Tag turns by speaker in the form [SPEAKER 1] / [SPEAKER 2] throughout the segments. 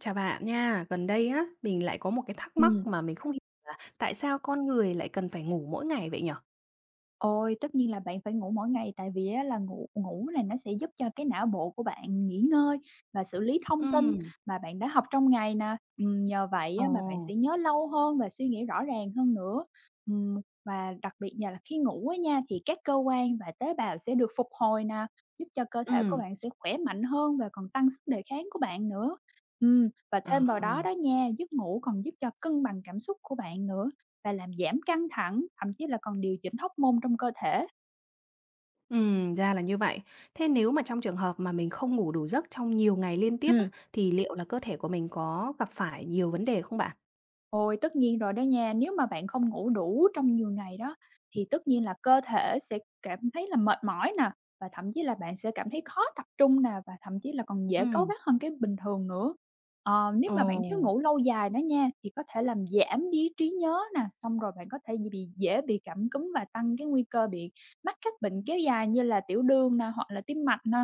[SPEAKER 1] Chào bạn nha. Gần đây á, mình lại có một cái thắc mắc
[SPEAKER 2] Ừm,
[SPEAKER 1] mà mình không hiểu là tại sao con người lại cần phải ngủ mỗi ngày vậy nhở?
[SPEAKER 2] Ôi, tất nhiên là bạn phải ngủ mỗi ngày tại vì á là ngủ ngủ là nó sẽ giúp cho cái não bộ của bạn nghỉ ngơi và xử lý thông tin
[SPEAKER 1] Ừm,
[SPEAKER 2] mà bạn đã học trong ngày nè, nhờ vậy
[SPEAKER 1] ồ,
[SPEAKER 2] á mà bạn sẽ nhớ lâu hơn và suy nghĩ rõ ràng hơn nữa. Và đặc biệt nha là khi ngủ á nha thì các cơ quan và tế bào sẽ được phục hồi nè, giúp cho cơ thể của
[SPEAKER 1] ừm,
[SPEAKER 2] bạn sẽ khỏe mạnh hơn và còn tăng sức đề kháng của bạn nữa. Và
[SPEAKER 1] à,
[SPEAKER 2] thêm vào đó đó nha, giấc ngủ còn giúp cho cân bằng cảm xúc của bạn nữa. Và làm giảm căng thẳng, thậm chí là còn điều chỉnh hóc môn trong cơ thể.
[SPEAKER 1] ra là như vậy. Thế nếu mà trong trường hợp mà mình không ngủ đủ giấc trong nhiều ngày liên tiếp á,
[SPEAKER 2] Ừ.
[SPEAKER 1] thì liệu là cơ thể của mình có gặp phải nhiều vấn đề không bạn?
[SPEAKER 2] Ôi, tất nhiên rồi đó nha, nếu mà bạn không ngủ đủ trong nhiều ngày đó, thì tất nhiên là cơ thể sẽ cảm thấy là mệt mỏi nè, và thậm chí là bạn sẽ cảm thấy khó tập trung nè, và thậm chí là còn dễ cáu
[SPEAKER 1] Ừm,
[SPEAKER 2] gắt hơn cái bình thường nữa. Ờ, nếu mà bạn thiếu
[SPEAKER 1] ồ,
[SPEAKER 2] ngủ lâu dài đó nha, thì có thể làm giảm đi trí nhớ nè, xong rồi bạn có thể bị dễ bị cảm cúm và tăng cái nguy cơ bị mắc các bệnh kéo dài như là tiểu đường nè, hoặc là tim mạch nè.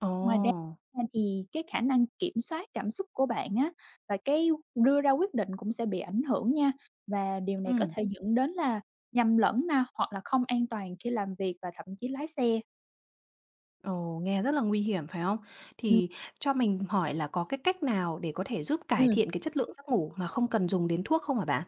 [SPEAKER 1] ồ,
[SPEAKER 2] Ngoài ra nha thì cái khả năng kiểm soát cảm xúc của bạn á, và cái đưa ra quyết định cũng sẽ bị ảnh hưởng nha, và điều này có
[SPEAKER 1] ừm.
[SPEAKER 2] thể dẫn đến là nhầm lẫn nè, hoặc là không an toàn khi làm việc và thậm chí lái xe.
[SPEAKER 1] Ồ, nghe rất là nguy hiểm phải không?
[SPEAKER 2] Ừm,
[SPEAKER 1] Thì cho mình hỏi là có cái cách nào để có thể giúp cải
[SPEAKER 2] ừm.
[SPEAKER 1] thiện cái chất lượng giấc ngủ mà không cần dùng đến thuốc không hả bạn?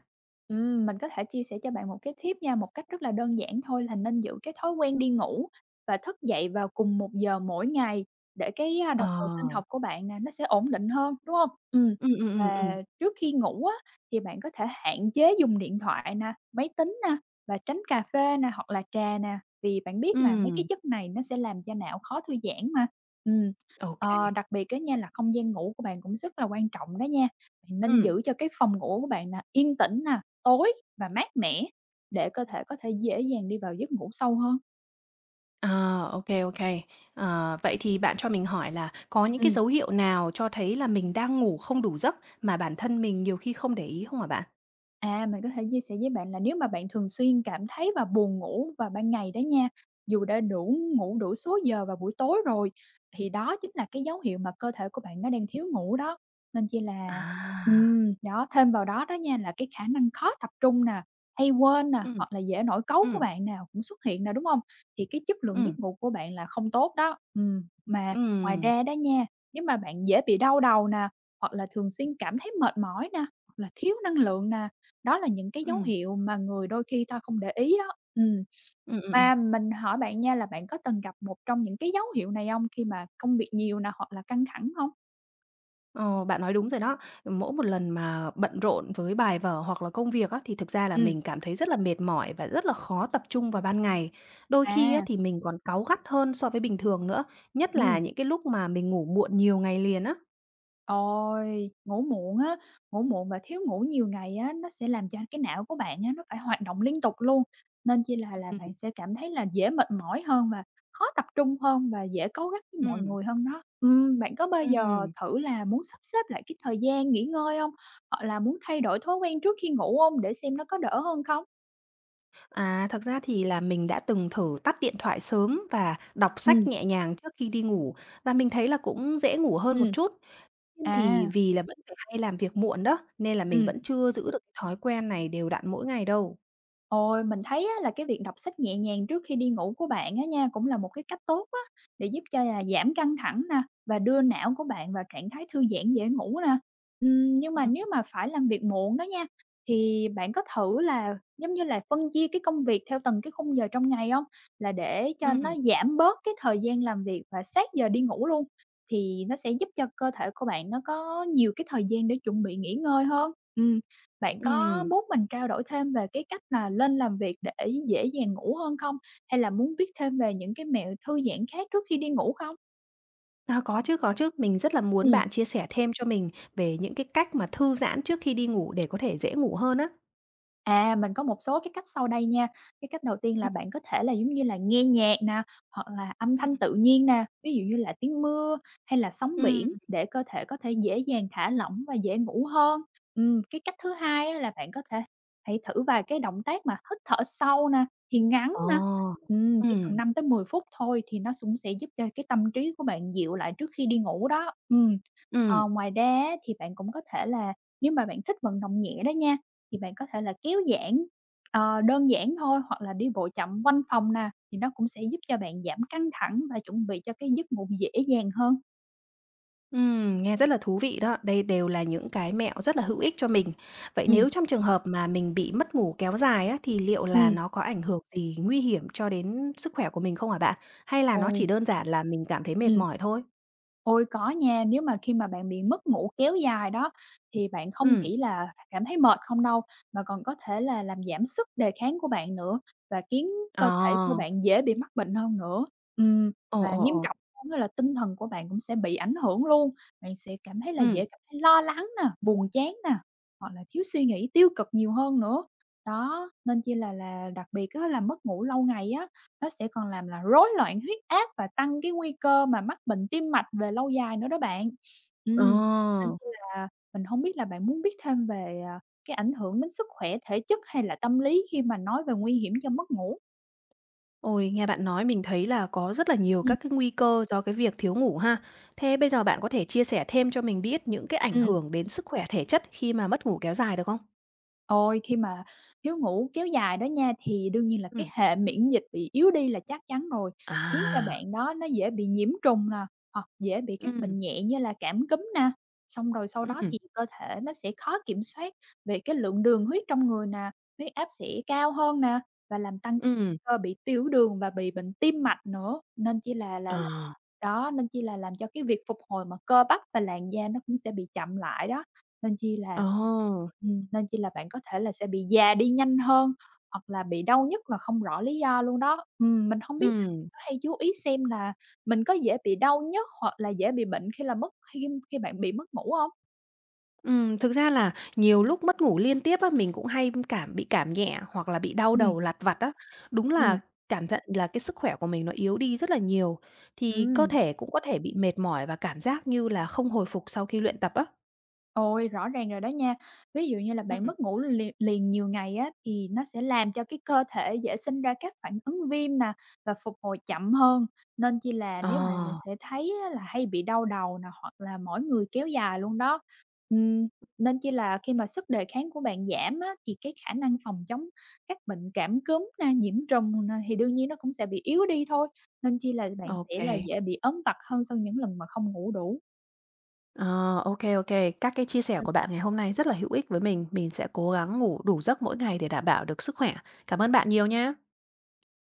[SPEAKER 2] Mình có thể chia sẻ cho bạn một cái tip nha, một cách rất là đơn giản thôi là nên giữ cái thói quen đi ngủ và thức dậy vào cùng một giờ mỗi ngày để cái,
[SPEAKER 1] Ờ.
[SPEAKER 2] đồng hồ sinh học của bạn nè, nó sẽ ổn định hơn, đúng không?
[SPEAKER 1] Ừm, ừm, ừm, ừm.
[SPEAKER 2] Và trước khi ngủ á, thì bạn có thể hạn chế dùng điện thoại nè, máy tính nè và tránh cà phê nè, hoặc là trà nè, vì bạn biết mà mấy cái
[SPEAKER 1] Ừm,
[SPEAKER 2] chất này nó sẽ làm cho não khó thư giãn mà. Ừm,
[SPEAKER 1] ô kê.
[SPEAKER 2] Đặc biệt á nha là không gian ngủ của bạn cũng rất là quan trọng đó nha, bạn nên
[SPEAKER 1] Ừm,
[SPEAKER 2] giữ cho cái phòng ngủ của bạn nè yên tĩnh nè, tối và mát mẻ để cơ thể có thể dễ dàng đi vào giấc ngủ sâu hơn.
[SPEAKER 1] ờ, ô kê, ô kê. Ờ, vậy thì bạn cho mình hỏi là có những cái
[SPEAKER 2] Ừm.
[SPEAKER 1] dấu hiệu nào cho thấy là mình đang ngủ không đủ giấc mà bản thân mình nhiều khi không để ý không hả bạn?
[SPEAKER 2] À, mình có thể chia sẻ với bạn là nếu mà bạn thường xuyên cảm thấy và buồn ngủ vào ban ngày đó nha, dù đã ngủ đủ số giờ vào buổi tối rồi, thì đó chính là cái dấu hiệu mà cơ thể của bạn nó đang thiếu ngủ đó. Nên chỉ là
[SPEAKER 1] À,
[SPEAKER 2] đó, thêm vào đó đó nha là cái khả năng khó tập trung nè, hay quên nè,
[SPEAKER 1] ừm,
[SPEAKER 2] hoặc là dễ nổi cáu của
[SPEAKER 1] ừm,
[SPEAKER 2] bạn nào cũng xuất hiện nè, đúng không? Thì cái chất lượng
[SPEAKER 1] ừm, ừm,
[SPEAKER 2] giấc ngủ của bạn là không tốt đó. Mà ngoài
[SPEAKER 1] ừm,
[SPEAKER 2] ra đó nha, nếu mà bạn dễ bị đau đầu nè, hoặc là thường xuyên cảm thấy mệt mỏi nè, hoặc là thiếu năng lượng nè, đó là những cái dấu
[SPEAKER 1] ừm,
[SPEAKER 2] hiệu mà người đôi khi ta không để ý đó.
[SPEAKER 1] ừm.
[SPEAKER 2] Mà mình hỏi bạn nha là bạn có từng gặp một trong những cái dấu hiệu này không khi mà công việc nhiều nè, hoặc là căng thẳng không?
[SPEAKER 1] Ờ, bạn nói đúng rồi đó. Mỗi một lần mà bận rộn với bài vở hoặc là công việc á, thì thực ra là
[SPEAKER 2] Ừm,
[SPEAKER 1] mình cảm thấy rất là mệt mỏi và rất là khó tập trung vào ban ngày. Đôi khi á,
[SPEAKER 2] à,
[SPEAKER 1] thì mình còn cáu gắt hơn so với bình thường nữa, nhất là
[SPEAKER 2] ừm.
[SPEAKER 1] những cái lúc mà mình ngủ muộn nhiều ngày liền á.
[SPEAKER 2] Ôi, ngủ muộn và thiếu ngủ nhiều ngày á, nó sẽ làm cho cái não của bạn á, nó phải hoạt động liên tục luôn, nên chỉ là
[SPEAKER 1] Ừm,
[SPEAKER 2] bạn sẽ cảm thấy là dễ mệt mỏi hơn và khó tập trung hơn và dễ cáu gắt với mọi
[SPEAKER 1] ừm.
[SPEAKER 2] người hơn đó. Bạn có bao giờ
[SPEAKER 1] Ừm,
[SPEAKER 2] thử là muốn sắp xếp lại cái thời gian nghỉ ngơi không? Hoặc là muốn thay đổi thói quen trước khi ngủ không để xem nó có đỡ hơn không?
[SPEAKER 1] à, thật ra thì là mình đã từng thử tắt điện thoại sớm và đọc
[SPEAKER 2] Ừm,
[SPEAKER 1] sách nhẹ nhàng trước khi đi ngủ và mình thấy là cũng dễ ngủ hơn một
[SPEAKER 2] ừm,
[SPEAKER 1] chút. Nhiên
[SPEAKER 2] à,
[SPEAKER 1] thì vì là vẫn phải hay làm việc muộn đó, nên là mình
[SPEAKER 2] ừm.
[SPEAKER 1] vẫn chưa giữ được cái thói quen này đều đặn mỗi ngày đâu.
[SPEAKER 2] Ôi, mình thấy á, là cái việc đọc sách nhẹ nhàng trước khi đi ngủ của bạn á nha, cũng là một cái cách tốt á, để giúp cho là giảm căng thẳng nè, và đưa não của bạn vào trạng thái thư giãn dễ ngủ nè. Nhưng mà
[SPEAKER 1] Ừm.
[SPEAKER 2] nếu mà phải làm việc muộn đó nha, thì bạn có thử là, giống như là, phân chia cái công việc theo từng cái khung giờ trong ngày không? Là để cho nó
[SPEAKER 1] Ừm,
[SPEAKER 2] giảm bớt cái thời gian làm việc và sát giờ đi ngủ luôn, thì nó sẽ giúp cho cơ thể của bạn nó có nhiều cái thời gian để chuẩn bị nghỉ ngơi hơn. Ừm. Bạn có
[SPEAKER 1] ừm.
[SPEAKER 2] muốn mình trao đổi thêm về cái cách là lên làm việc để dễ dàng ngủ hơn không? Hay là muốn biết thêm về những cái mẹo thư giãn khác trước khi đi ngủ không?
[SPEAKER 1] À, có chứ, có chứ. Mình rất là muốn
[SPEAKER 2] Ừm.
[SPEAKER 1] bạn chia sẻ thêm cho mình về những cái cách mà thư giãn trước khi đi ngủ để có thể dễ ngủ hơn á.
[SPEAKER 2] À, mình có một số cái cách sau đây nha. Cái cách đầu tiên là
[SPEAKER 1] Ừm,
[SPEAKER 2] bạn có thể là, giống như là, nghe nhạc nè, hoặc là âm thanh
[SPEAKER 1] ừm.
[SPEAKER 2] tự nhiên nè, ví dụ như là tiếng mưa hay là sóng
[SPEAKER 1] Ừm.
[SPEAKER 2] biển để cơ thể có thể dễ dàng thả lỏng và dễ ngủ hơn. Cái cách thứ hai á là bạn có thể hãy thử vài cái động tác mà hít thở sâu nè, thì ngắn
[SPEAKER 1] Ờ.
[SPEAKER 2] nè, chỉ cần
[SPEAKER 1] Ừm,
[SPEAKER 2] 5 tới 10 phút thôi thì nó cũng sẽ giúp cho cái tâm trí của bạn dịu lại trước khi đi ngủ đó. Ừm.
[SPEAKER 1] ừm.
[SPEAKER 2] Ờ, ngoài ra á thì bạn cũng có thể là nếu mà bạn thích vận động nhẹ đó nha, thì bạn có thể là kéo giãn, đơn giản thôi, hoặc là đi bộ chậm quanh phòng nè, thì nó cũng sẽ giúp cho bạn giảm căng thẳng và chuẩn bị cho cái giấc ngủ dễ dàng hơn.
[SPEAKER 1] Nghe rất là thú vị đó. Đây đều là những cái mẹo rất là hữu ích cho mình. Vậy
[SPEAKER 2] Ừ.
[SPEAKER 1] nếu trong trường hợp mà mình bị mất ngủ kéo dài á, thì liệu là
[SPEAKER 2] Ừ.
[SPEAKER 1] nó có ảnh hưởng gì nguy hiểm cho đến sức khỏe của mình không hả bạn? Hay là nó
[SPEAKER 2] Ôi,
[SPEAKER 1] chỉ đơn giản là mình cảm thấy mệt
[SPEAKER 2] ừ.
[SPEAKER 1] mỏi thôi?
[SPEAKER 2] Ôi, có nha, nếu mà khi mà bạn bị mất ngủ kéo dài đó, thì bạn không
[SPEAKER 1] Ừm.
[SPEAKER 2] chỉ là cảm thấy mệt không đâu, mà còn có thể là làm giảm sức đề kháng của bạn nữa và khiến
[SPEAKER 1] Ờ.
[SPEAKER 2] cơ thể của bạn dễ bị mắc bệnh hơn nữa. Ừm,
[SPEAKER 1] Ồ,
[SPEAKER 2] và
[SPEAKER 1] ồ,
[SPEAKER 2] nghiêm
[SPEAKER 1] ồ.
[SPEAKER 2] trọng hơn á là tinh thần của bạn cũng sẽ bị ảnh hưởng luôn, bạn sẽ cảm thấy là
[SPEAKER 1] Ừm.
[SPEAKER 2] dễ cảm thấy lo lắng nè, buồn chán nè, hoặc là thiếu suy nghĩ tiêu cực nhiều hơn nữa. Đó, nên chi là đặc biệt á là mất ngủ lâu ngày á, nó sẽ còn làm là rối loạn huyết áp và tăng cái nguy cơ mà mắc bệnh tim mạch về lâu dài nữa đó bạn.
[SPEAKER 1] Ờ.
[SPEAKER 2] Ừm, Nên chi là mình hông biết là bạn muốn biết thêm về, cái ảnh hưởng đến sức khỏe thể chất hay là tâm lý khi mà nói về nguy hiểm do mất ngủ?
[SPEAKER 1] Ôi, nghe bạn nói mình thấy là có rất là nhiều
[SPEAKER 2] Ừm.
[SPEAKER 1] các cái nguy cơ do cái việc thiếu ngủ ha. Thế bây giờ bạn có thể chia sẻ thêm cho mình biết những cái ảnh
[SPEAKER 2] Ừm.
[SPEAKER 1] hưởng đến sức khỏe thể chất khi mà mất ngủ kéo dài được không?
[SPEAKER 2] Ôi, khi mà thiếu ngủ kéo dài đó nha, thì đương nhiên là cái
[SPEAKER 1] Ừm.
[SPEAKER 2] hệ miễn dịch bị yếu đi là chắc chắn rồi, khiến cho
[SPEAKER 1] À.
[SPEAKER 2] bạn đó nó dễ bị nhiễm trùng nè, hoặc dễ bị các
[SPEAKER 1] Ừm.
[SPEAKER 2] bệnh nhẹ như là cảm cúm nè. Xong rồi sau đó
[SPEAKER 1] Ừm,
[SPEAKER 2] thì cơ thể nó sẽ khó kiểm soát về cái lượng đường huyết trong người nè, huyết áp sẽ cao hơn nè, và làm tăng
[SPEAKER 1] ừm.
[SPEAKER 2] cơ bị tiểu đường và bị bệnh tim mạch nữa. Nên chỉ là
[SPEAKER 1] Ờ.
[SPEAKER 2] đó, nên chỉ là làm cho cái việc phục hồi mà cơ bắp và làn da nó cũng sẽ bị chậm lại đó. Nên chi là
[SPEAKER 1] Ồ!
[SPEAKER 2] Nên chi là bạn có thể là sẽ bị già đi nhanh hơn, hoặc là bị đau nhức mà không rõ lý do luôn đó. Mình hông biết là bạn
[SPEAKER 1] Ừm,
[SPEAKER 2] có hay chú ý xem là mình có dễ bị đau nhức hoặc là dễ bị bệnh khi bạn bị mất ngủ hông?
[SPEAKER 1] thực ra là nhiều lúc mất ngủ liên tiếp á, mình cũng hay cảm bị cảm nhẹ hoặc là bị đau
[SPEAKER 2] Ừm,
[SPEAKER 1] đầu lặt vặt á. Đúng là
[SPEAKER 2] ừm,
[SPEAKER 1] cảm nhận là cái sức khỏe của mình nó yếu đi rất là nhiều, thì cơ
[SPEAKER 2] ừm.
[SPEAKER 1] thể cũng có thể bị mệt mỏi và cảm giác như là không hồi phục sau khi luyện tập á.
[SPEAKER 2] Ôi, rõ ràng rồi đó nha. Ví dụ như là bạn
[SPEAKER 1] Ừm.
[SPEAKER 2] mất ngủ liền liền nhiều ngày á, thì nó sẽ làm cho cái cơ thể dễ sinh ra các phản ứng viêm nè, và phục hồi chậm hơn, nên chi là
[SPEAKER 1] Ờ,
[SPEAKER 2] nếu mà mình sẽ thấy á là hay bị đau đầu nè, hoặc là mỏi người kéo dài luôn đó. Ừm, Nên chi là khi mà sức đề kháng của bạn giảm á, thì cái khả năng phòng chống các bệnh cảm cúm nè, nhiễm trùng nè, thì đương nhiên nó cũng sẽ bị yếu đi thôi, nên chi là bạn
[SPEAKER 1] ô
[SPEAKER 2] sẽ
[SPEAKER 1] kê.
[SPEAKER 2] là dễ bị ốm vặt hơn sau những lần mà không ngủ đủ.
[SPEAKER 1] Ờ, ô kê, ô kê. Các cái chia sẻ của bạn ngày hôm nay rất là hữu ích với mình. Mình sẽ cố gắng ngủ đủ giấc mỗi ngày để đảm bảo được sức khỏe. Cảm ơn bạn nhiều nha.